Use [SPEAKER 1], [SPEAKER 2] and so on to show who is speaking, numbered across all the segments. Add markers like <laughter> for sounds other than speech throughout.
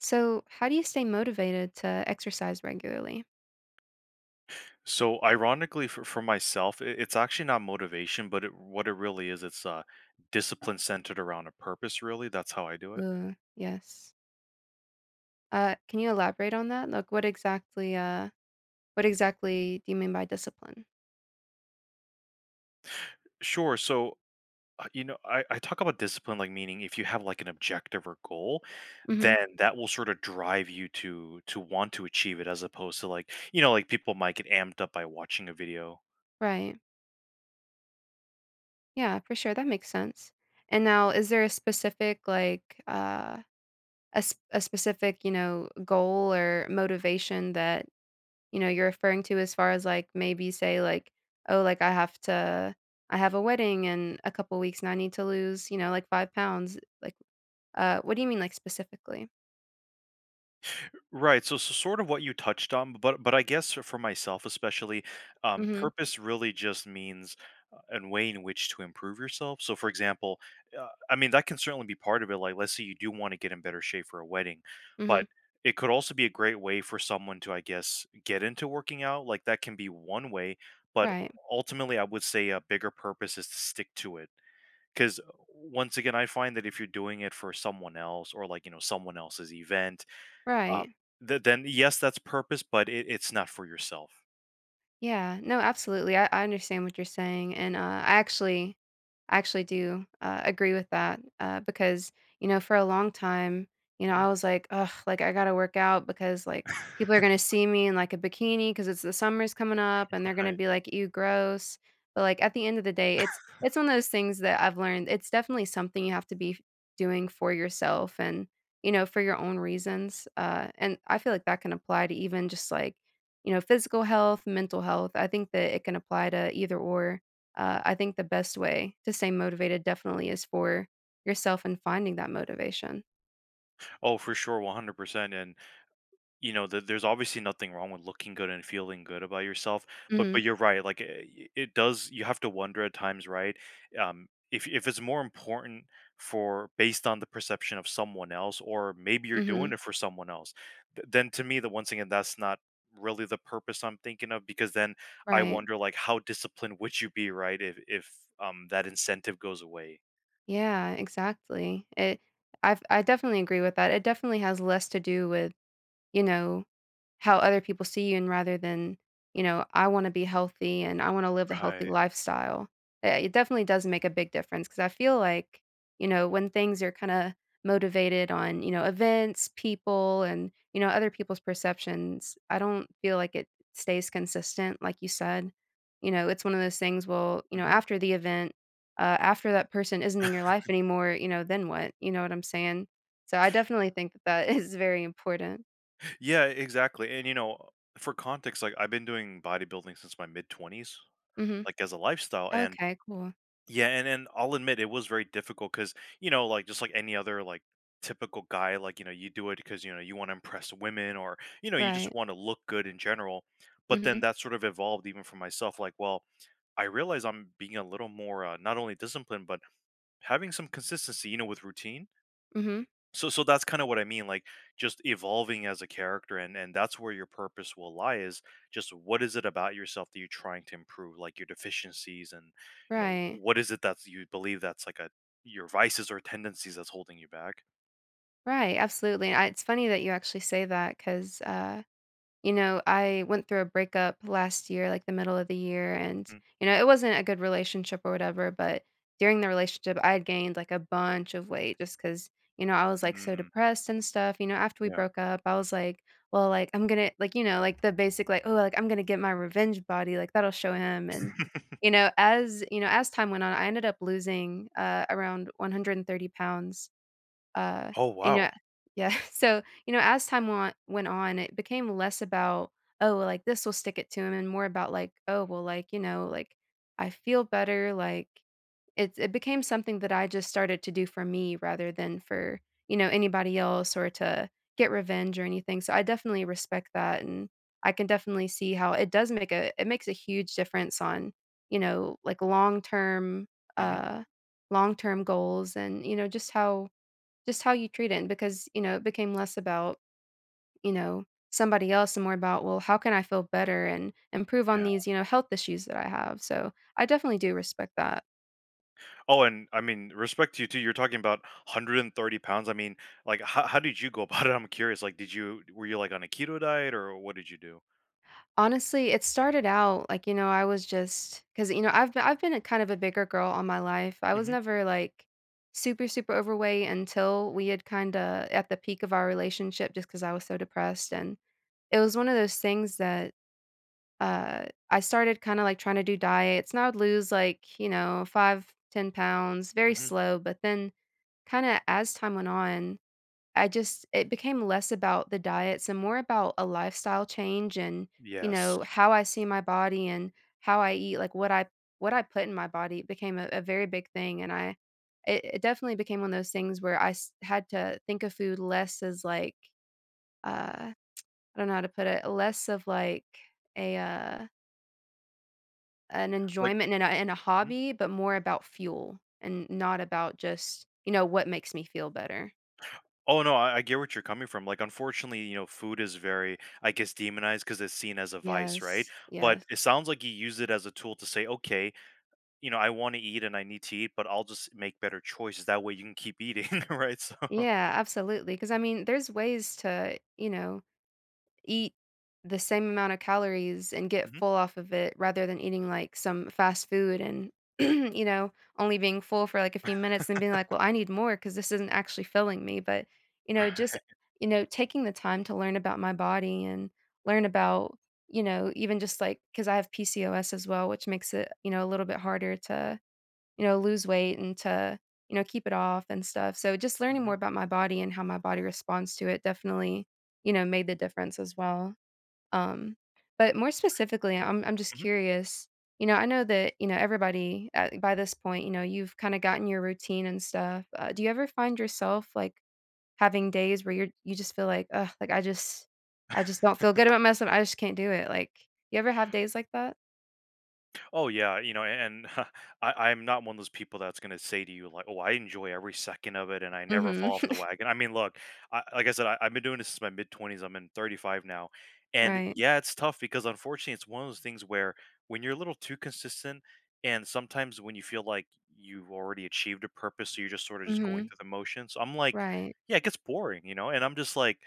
[SPEAKER 1] So, how do you stay motivated to exercise regularly?
[SPEAKER 2] So ironically for myself, it's actually not motivation, but it, what it really is, it's discipline centered around a purpose, really. That's how I do it.
[SPEAKER 1] Ooh, yes. Can you elaborate on that? Like, what exactly? What exactly do you mean by discipline?
[SPEAKER 2] Sure. So, I talk about discipline, like meaning if you have like an objective or goal,
[SPEAKER 1] Mm-hmm.
[SPEAKER 2] then that will sort of drive you to want to achieve it as opposed to like, you know, like people might get amped up by watching a video.
[SPEAKER 1] Right. Yeah, for sure. That makes sense. And now, is there a specific a specific goal or motivation that you're referring to as far as like maybe say like oh like I have a wedding in a couple weeks and I need to lose like 5 pounds like. What do you mean, like, specifically?
[SPEAKER 2] Right, so sort of what you touched on, but I guess for myself especially,
[SPEAKER 1] Mhm,
[SPEAKER 2] purpose really just means a way in which to improve yourself. So for example, I mean that can certainly be part of it. Like let's say you do want to get in better shape for a wedding,
[SPEAKER 1] mhm.
[SPEAKER 2] but it could also be a great way for someone to, I guess, get into working out. Like that can be one way, but
[SPEAKER 1] Right,
[SPEAKER 2] ultimately I would say a bigger purpose is to stick to it. Because once again, I find that if you're doing it for someone else or like, you know, someone else's event, um,
[SPEAKER 1] right.
[SPEAKER 2] th then yes, that's purpose, but it's not for yourself.
[SPEAKER 1] Yeah, no, absolutely. I understand what you're saying, and I actually do agree with that because you know, for a long time, you know,
[SPEAKER 2] Mhm.
[SPEAKER 1] I was like, ugh, like I gotta work out because like people are gonna
[SPEAKER 2] <laughs>
[SPEAKER 1] see me in like a bikini because it's the summer's coming up, and they're gonna
[SPEAKER 2] Right.
[SPEAKER 1] be like, ew, gross. But like at the end of the day, it's one of those things that I've learned. It's definitely something you have to be doing for yourself and you know for your own reasons. And I feel like that can apply to even just like you know, physical health, mental health. I think that it can apply to either or. I think the best way to stay motivated definitely is for yourself and finding that motivation.
[SPEAKER 2] Oh, for sure, 100%, and you know, th there's obviously nothing wrong with looking good and feeling good about yourself, but
[SPEAKER 1] Mhm,
[SPEAKER 2] you're right, like, it does you have to wonder at times, right? If it's more important for based on the perception of someone else, or maybe you're
[SPEAKER 1] mhm,
[SPEAKER 2] doing it for someone else, th then to me, that once again, that's not really the purpose I'm thinking of, because then I
[SPEAKER 1] right.
[SPEAKER 2] wonder, like, how disciplined would you be, right, if that incentive goes away?
[SPEAKER 1] Yeah, exactly. It I definitely agree with that. It definitely has less to do with you know, how other people see you and rather than, you know, I wanna be healthy and I wanna live a healthy
[SPEAKER 2] Right.
[SPEAKER 1] lifestyle. It definitely does make a big difference because I feel like, you know, when things are kinda motivated on, you know, events, people, and, you know, other people's perceptions, I don't feel like it stays consistent, like you said. You know, it's one of those things, well, you know,
[SPEAKER 2] Mhm.
[SPEAKER 1] after the event, after that person isn't in your
[SPEAKER 2] <laughs>
[SPEAKER 1] life anymore, you know, then what? You know what I'm saying? So I definitely think that that <laughs> is very important.
[SPEAKER 2] Yeah, exactly. And you know, for context, like I've been doing bodybuilding since my mid twenties,
[SPEAKER 1] Mhm.
[SPEAKER 2] like as a lifestyle. And
[SPEAKER 1] Okay, cool.
[SPEAKER 2] yeah, and I'll admit it was very difficult because, you know, like just like any other like typical guy, like, you know, you do it because, you know, you want to impress women or, you know, you just
[SPEAKER 1] Right.
[SPEAKER 2] want to look good in general. But then
[SPEAKER 1] Mhm.
[SPEAKER 2] that sort of evolved even for myself. Like, well, I realize I'm being a little more not only disciplined, but having some consistency, you know, with routine.
[SPEAKER 1] Mhm.
[SPEAKER 2] So that's kinda what I mean, like, just evolving as a character, and that's where your purpose will lie is just what is it about yourself that you're trying to improve, like, your deficiencies and, you know,
[SPEAKER 1] Right.
[SPEAKER 2] what is it that you believe that's, like, a your vices or tendencies that's holding you back?
[SPEAKER 1] Right, absolutely. I It's funny that you actually say that, cause you know, I went through a breakup last year, like the middle of the year, and
[SPEAKER 2] Mm,
[SPEAKER 1] you know, it wasn't a good relationship or whatever, but during the relationship I had gained like a bunch of weight just cuz you know, I was like so
[SPEAKER 2] mm,
[SPEAKER 1] depressed and stuff. You know, after we
[SPEAKER 2] yeah.
[SPEAKER 1] broke up, I was like, well, like I'm going to like you know, like the basic like oh, like I'm going to get my revenge body, like that'll show him and
[SPEAKER 2] <laughs>
[SPEAKER 1] you know, as time went on, I ended up losing around 130 pounds uh,
[SPEAKER 2] Oh,
[SPEAKER 1] and you
[SPEAKER 2] wow.
[SPEAKER 1] know, yeah, <laughs> so, you know, as time went on, it became less about, "Oh, well, like, this will stick it to him," and more about, like, "Oh, well, like, you know, like, I feel better," like, it became something that I just started to do for me rather than for, you know, anybody else or to get revenge or anything, so I definitely respect that, and I can definitely see how it makes a huge difference on, you know, like, long-term,
[SPEAKER 2] Mhm.
[SPEAKER 1] uh long-term goals and, you know, just how you treat it, and because, you know, it became less about, you know, somebody else and more about, well, how can I feel better and improve on
[SPEAKER 2] Yeah.
[SPEAKER 1] these, you know, health issues that I have? So, I definitely do respect that.
[SPEAKER 2] Oh, and, I mean, respect to you too, you're talking about 130 pounds, I mean, like, how did you go <laughs> about it? I'm curious, like, did you were you, like, on a keto diet, or what did you do?
[SPEAKER 1] Honestly, it started out like, you know, I was just because you know, I've been a kind of a bigger girl all my life. I was
[SPEAKER 2] Mhm,
[SPEAKER 1] never, like, super, super overweight until we had kinda at the peak of our relationship just because I was so depressed, and it was one of those things that I started kinda, like, trying to do diets, and I would lose, like, you know, 5, 10 pounds, very
[SPEAKER 2] mhm.
[SPEAKER 1] slow, but then kinda as time went on, I just it became less about the diets and more about a lifestyle change and, you
[SPEAKER 2] Yes.
[SPEAKER 1] know, how I see my body and how I eat, like, what I put in my body. It became a very big thing, and I it it definitely became one of those things where I s had to think of food less as, like, uh, I don't know how to put it, less of, like, a, uh an
[SPEAKER 2] Like
[SPEAKER 1] enjoyment and a
[SPEAKER 2] mhm.
[SPEAKER 1] hobby, but more about fuel and not about just, you know, what makes me feel better.
[SPEAKER 2] Oh no, I get what you're coming from. Like, unfortunately, you know, food is very, I guess, demonized because it's seen as a vice, right?
[SPEAKER 1] Yes,
[SPEAKER 2] But
[SPEAKER 1] yes.
[SPEAKER 2] it sounds like you use it as a tool to say, okay, you know, I want to eat and I need to eat, but I'll just make better choices. That way, you can keep eating, <laughs> right? So, <laughs>
[SPEAKER 1] Yeah, absolutely. Because I mean, there's ways to, you know, eat the same amount of calories and get
[SPEAKER 2] Mhm.
[SPEAKER 1] full off of it rather than eating like some fast food and <clears throat> you know only being full for like a few minutes and being like well I need more because this isn't actually filling me but you know just
[SPEAKER 2] <laughs> Right.
[SPEAKER 1] you know taking the time to learn about my body and learn about you know even just like because I have PCOS as well which makes it you know a little bit harder to you know, lose weight and to, you know, keep it off and stuff. So just learning more
[SPEAKER 2] Mhm.
[SPEAKER 1] about my body and how my body responds to it definitely, you know, made the difference as well. Um, but more specifically, I'm just curious. You know, I know that you know everybody at, by this point. You know, you've kind of gotten your routine and stuff. Do you ever find yourself like having days where you just feel like, ugh, I just don't feel good about myself. I just can't do it. Like, you ever have days like that?
[SPEAKER 2] Oh yeah, you know, and <laughs> I'm not one of those people that's gonna say to you like, "Oh, I enjoy every second of it, and I never fall off
[SPEAKER 1] Mm-hmm.
[SPEAKER 2] the wagon." I mean, look, I, like I said, I've been doing this since my mid twenties. I'm in 35 now, and
[SPEAKER 1] Right.
[SPEAKER 2] yeah, it's tough because unfortunately, it's one of those things where when you're a little too consistent, and sometimes when you feel like you've already achieved a purpose, so you're just sort of just going
[SPEAKER 1] Mm-hmm.
[SPEAKER 2] through the motions. So I'm like,
[SPEAKER 1] Right.
[SPEAKER 2] yeah, it gets boring, you know, and I'm just like,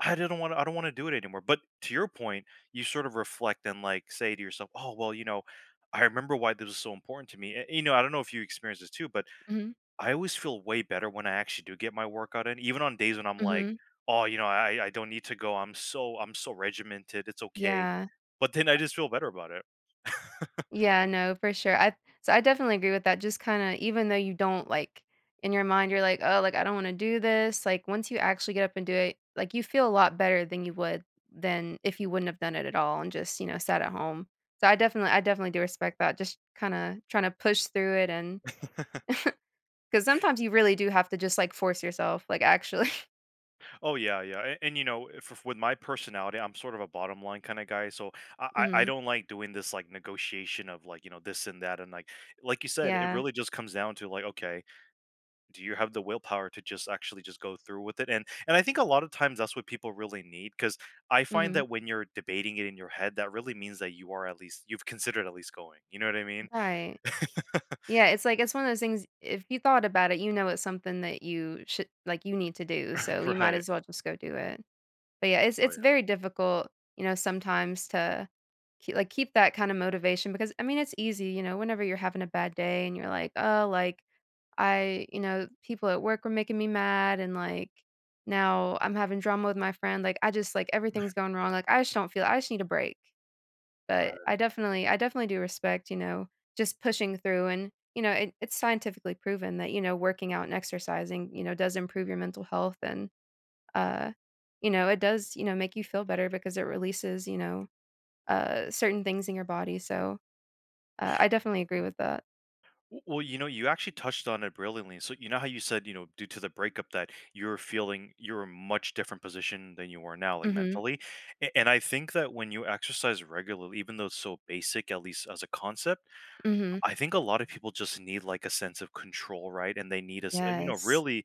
[SPEAKER 2] I didn't want I don't want to do it anymore. But to your point, you sort of reflect and like say to yourself, "Oh, well, you know, I remember why this was so important to me. You know, I don't know if you experience this too, but
[SPEAKER 1] Mm-hmm.
[SPEAKER 2] I always feel way better when I actually do get my workout in, even on days when I'm like,
[SPEAKER 1] Mm-hmm.
[SPEAKER 2] oh, you know, I don't need to go. I'm so regimented. It's okay.
[SPEAKER 1] Yeah.
[SPEAKER 2] But then I just feel better about it."
[SPEAKER 1] Yeah, no, for sure. I So I definitely agree with that. Just kinda even though you don't like in your mind you're like, "Oh, like I don't wanna do this," like once you actually get up and do it, like you feel a lot better than you would than if you wouldn't have done it at all and just, you know, sat at home. So I definitely do respect that. Just kinda trying to push through it and
[SPEAKER 2] <laughs>
[SPEAKER 1] because sometimes you really do have to just like force yourself, like actually. <laughs>
[SPEAKER 2] Oh yeah, yeah. And you know, if with my personality, I'm sort of a bottom line kind of guy, so I
[SPEAKER 1] Mhm.
[SPEAKER 2] don't like doing this like negotiation of like you know this and that and like you said, it
[SPEAKER 1] Yeah.
[SPEAKER 2] really just comes down to like okay, do you have the willpower to just actually just go through with it, and I think a lot of times that's what people really need because I find
[SPEAKER 1] Mhm.
[SPEAKER 2] that when you're debating it in your head that really means that you are at least you've considered at least going, you know what I mean?
[SPEAKER 1] Right. Yeah, it's like it's one of those things, if you thought about it, you know it's something that you need to do, so
[SPEAKER 2] <laughs>
[SPEAKER 1] you might
[SPEAKER 2] Right.
[SPEAKER 1] as well just go do it. But yeah,
[SPEAKER 2] Oh
[SPEAKER 1] it's
[SPEAKER 2] yeah,
[SPEAKER 1] very difficult, you know, sometimes to ke like, keep that kind of motivation because, I mean, it's easy, you know, whenever you're having a bad day and you're like, "Oh, like, I you know, people at work were making me mad, and, like, now I'm having drama with my friend, like, I just like, everything's going wrong, like, I just don't feel I just need a break." But
[SPEAKER 2] right.
[SPEAKER 1] I definitely do respect, you know, just pushing through and, you know, it's scientifically proven that, you know, working out and exercising, you know, does improve your mental health and uh, you know, it does, you know, make you feel better because it releases, you know, certain things in your body. So, I definitely agree
[SPEAKER 2] Mhm.
[SPEAKER 1] with that.
[SPEAKER 2] Well you know you actually touched on it brilliantly, so you know how you said you know due to the breakup that you're feeling you're in a much different position than you are now, like,
[SPEAKER 1] Mhm.
[SPEAKER 2] mentally. And I think that when you exercise regularly, even though it's so basic at least as a concept,
[SPEAKER 1] Mhm.
[SPEAKER 2] I think a lot of people just need like a sense of control, right? And they need us, you know,
[SPEAKER 1] Yes.
[SPEAKER 2] really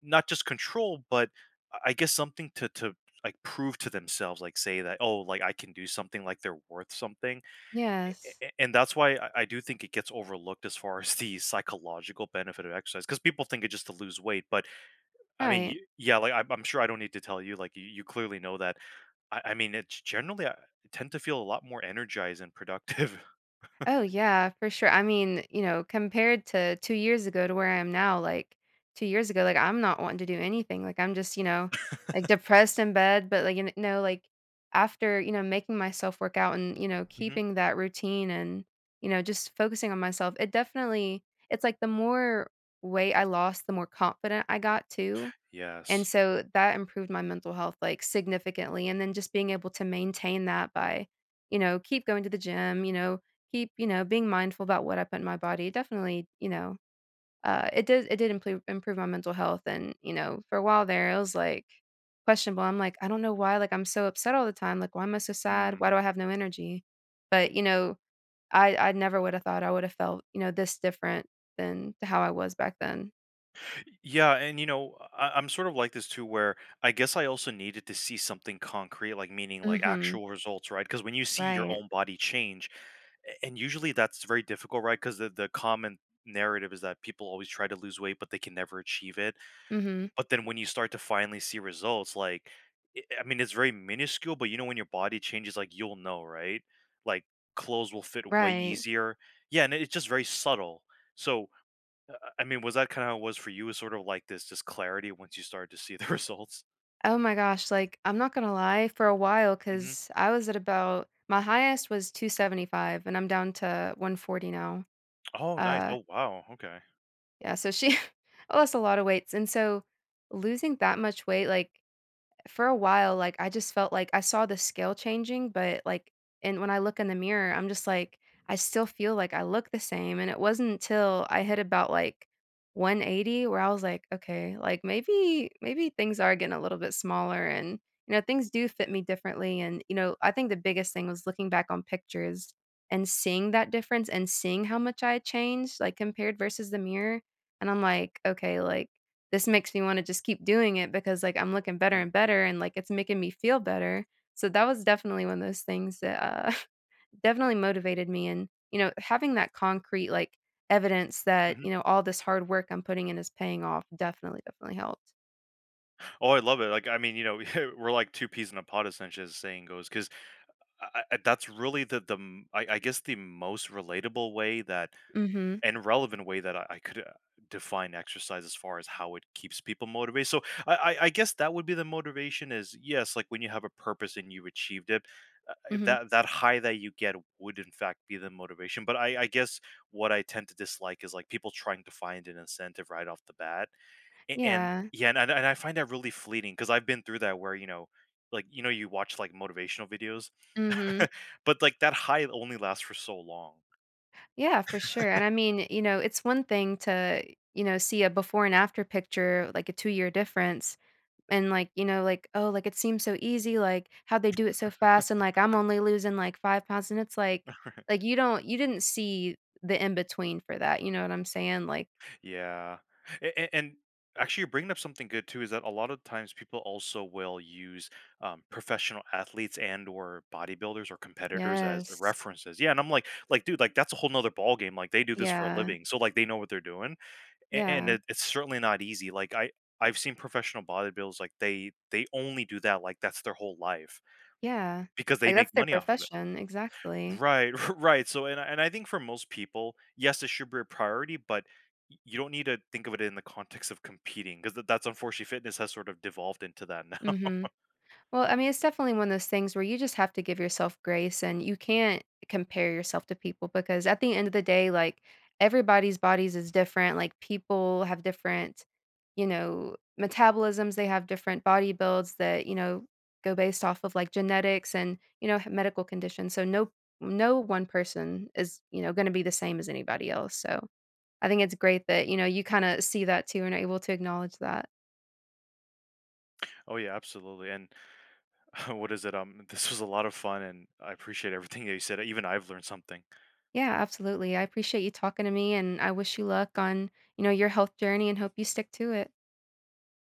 [SPEAKER 2] not just control, but I guess something to like prove to themselves, like say that oh, like I can do something, like they're worth something. A-
[SPEAKER 1] Yes.
[SPEAKER 2] a- and that's why I do think it gets overlooked as far <laughs> as the psychological benefit of exercise, because people think it's just to lose weight, but I mean,
[SPEAKER 1] Right.
[SPEAKER 2] yeah, like I'm sure I don't need to tell you, like you clearly know that. I mean, it's generally I tend to feel a lot more energized and productive. <laughs>
[SPEAKER 1] Oh yeah, for sure. I mean, you know, compared to 2 years ago to where I am now, like 2 years ago, like I'm not wanting to do anything. Like I'm just, you know, like depressed in bed, but like know, like after, you know, making myself work out and, you know,
[SPEAKER 2] Hmm.
[SPEAKER 1] keeping that routine and, you know, just focusing on myself, it definitely it's like the more weight I lost, the more confident I got too. And
[SPEAKER 2] Yes.
[SPEAKER 1] so that improved my mental health, like, significantly, and then just being able to maintain that by, you know, keep going to the gym, you know, keep, you know, being mindful about what I put in my body, definitely, you know, it did improve my mental health, and, you know, for a while there, it was, like, questionable, I'm like, "I don't know why, like, I'm so upset all the time, like, why am I so sad? Why do I have no energy?" But, you know, I never would have thought I would have felt, you know, this different than how I was back then.
[SPEAKER 2] Yeah, and you know, I'm sort of like this too, where I guess I also needed to see something concrete, like meaning like
[SPEAKER 1] Mhm.
[SPEAKER 2] actual results, right? Because when you see your
[SPEAKER 1] Right.
[SPEAKER 2] own body change, and usually that's very difficult, right? Because the common narrative is that people always try to lose weight, but they can never achieve it.
[SPEAKER 1] Mhm.
[SPEAKER 2] But then when you start to finally see results, like, I mean, it's very minuscule, but you know, when your body changes, like, you'll know, right? Like, clothes will fit way
[SPEAKER 1] Right.
[SPEAKER 2] easier. Yeah, and it's just very subtle. So, I mean, was that kinda how it was for you, was sort of like this clarity once you started to see the <laughs> results?
[SPEAKER 1] Oh my gosh, like I'm not gonna lie, for a while,
[SPEAKER 2] Mhm.
[SPEAKER 1] cause I was at about my highest was 275 and I'm down to 140 now.
[SPEAKER 2] Oh, nice.
[SPEAKER 1] Uh,
[SPEAKER 2] Oh, wow, okay.
[SPEAKER 1] yeah, so she <laughs> I lost a lot of weights, and so losing that much weight, like for a while, like, I just felt like I saw the scale changing, but, like and when I look in the mirror, I'm just like, I still feel like I look the same, and it wasn't until I hit about, like, 180 where I was like, "Okay, like, maybe things are getting a little bit smaller and, you know, things do fit me differently," and, you know, I think the biggest thing was looking back on pictures and seeing that difference and seeing how much I had changed, like, compared versus the mirror, and I'm like, "Okay, like, this makes me wanna just keep doing it because, like, I'm looking better
[SPEAKER 2] Mhm,
[SPEAKER 1] and better and, like, it's making me feel better. So that was definitely one of those things that, <laughs> definitely motivated me and, you know, having that concrete, like, evidence that,
[SPEAKER 2] mhm.
[SPEAKER 1] you know, all this hard work I'm putting in is paying off definitely helped.
[SPEAKER 2] Oh, I love it, like, I mean, you know, <laughs> we're like two peas in a pod, essentially, as the saying goes. Because that's really the m I guess the most relatable way that
[SPEAKER 1] Mhm,
[SPEAKER 2] and relevant way that I could define exercise as far as how it keeps people motivated. So, I guess that would be the motivation is yes, like when you have a purpose and you've achieved it,
[SPEAKER 1] mhm.
[SPEAKER 2] that that high that you get would in fact be the motivation. But I guess what I tend to dislike is like people trying to find an incentive right off the bat. And
[SPEAKER 1] Yeah.
[SPEAKER 2] yeah, and I find that really fleeting because I've been through that where you know. Like you know, you watch like motivational videos,
[SPEAKER 1] Mhm.
[SPEAKER 2] <laughs> but like that high only lasts for so long.
[SPEAKER 1] Yeah, for sure, and I mean, you know, it's one thing to, you know, see a before and after picture, like a 2-year difference. And, like, you know, like, "Oh, like, it seems so easy, like, how they do it so fast?" And, like, "I'm only losing, like, 5 pounds," and it's like, you didn't see the in between for that, you know what I'm saying? Like
[SPEAKER 2] Yeah. And actually, you're bringing up something good too. Is that a lot of times people also will use professional athletes and or bodybuilders or competitors as
[SPEAKER 1] Yes.
[SPEAKER 2] references. Yeah, and I'm like, dude, like that's a whole nother ball game. Like they do this for a
[SPEAKER 1] Yeah.
[SPEAKER 2] living, so like they know what they're doing, and
[SPEAKER 1] Yeah.
[SPEAKER 2] it's certainly not easy. Like I. I've seen professional bodybuilders like they only do that like that's their whole life
[SPEAKER 1] Yeah.
[SPEAKER 2] because they
[SPEAKER 1] Like,
[SPEAKER 2] make
[SPEAKER 1] that's their
[SPEAKER 2] money off of it.
[SPEAKER 1] profession. Exactly.
[SPEAKER 2] Right, <laughs> right. So, and I think for most people, yes, it should be a priority, but you don't need to think of it in the context of competing because that's unfortunately fitness has sort of devolved into that now. <laughs>
[SPEAKER 1] Mhm. Well, I mean, it's definitely one of those things where you just have to give yourself grace and you can't compare yourself to people because at the end of the day, like everybody's bodies is different. Like people have different, you know, metabolisms, they have different body builds that, you know, go based off of like genetics and, you know, medical conditions. So no one person is, you know, going to be the same as anybody else. So I think it's great that, you know, you kind of see that too and are able to acknowledge that.
[SPEAKER 2] Oh yeah, absolutely. And <laughs> what is it? This was a lot of fun, and I appreciate everything that you said. Even I've learned something.
[SPEAKER 1] Yeah, absolutely. I appreciate you talking to me and I wish you luck on, you know, your health journey and hope you stick to it.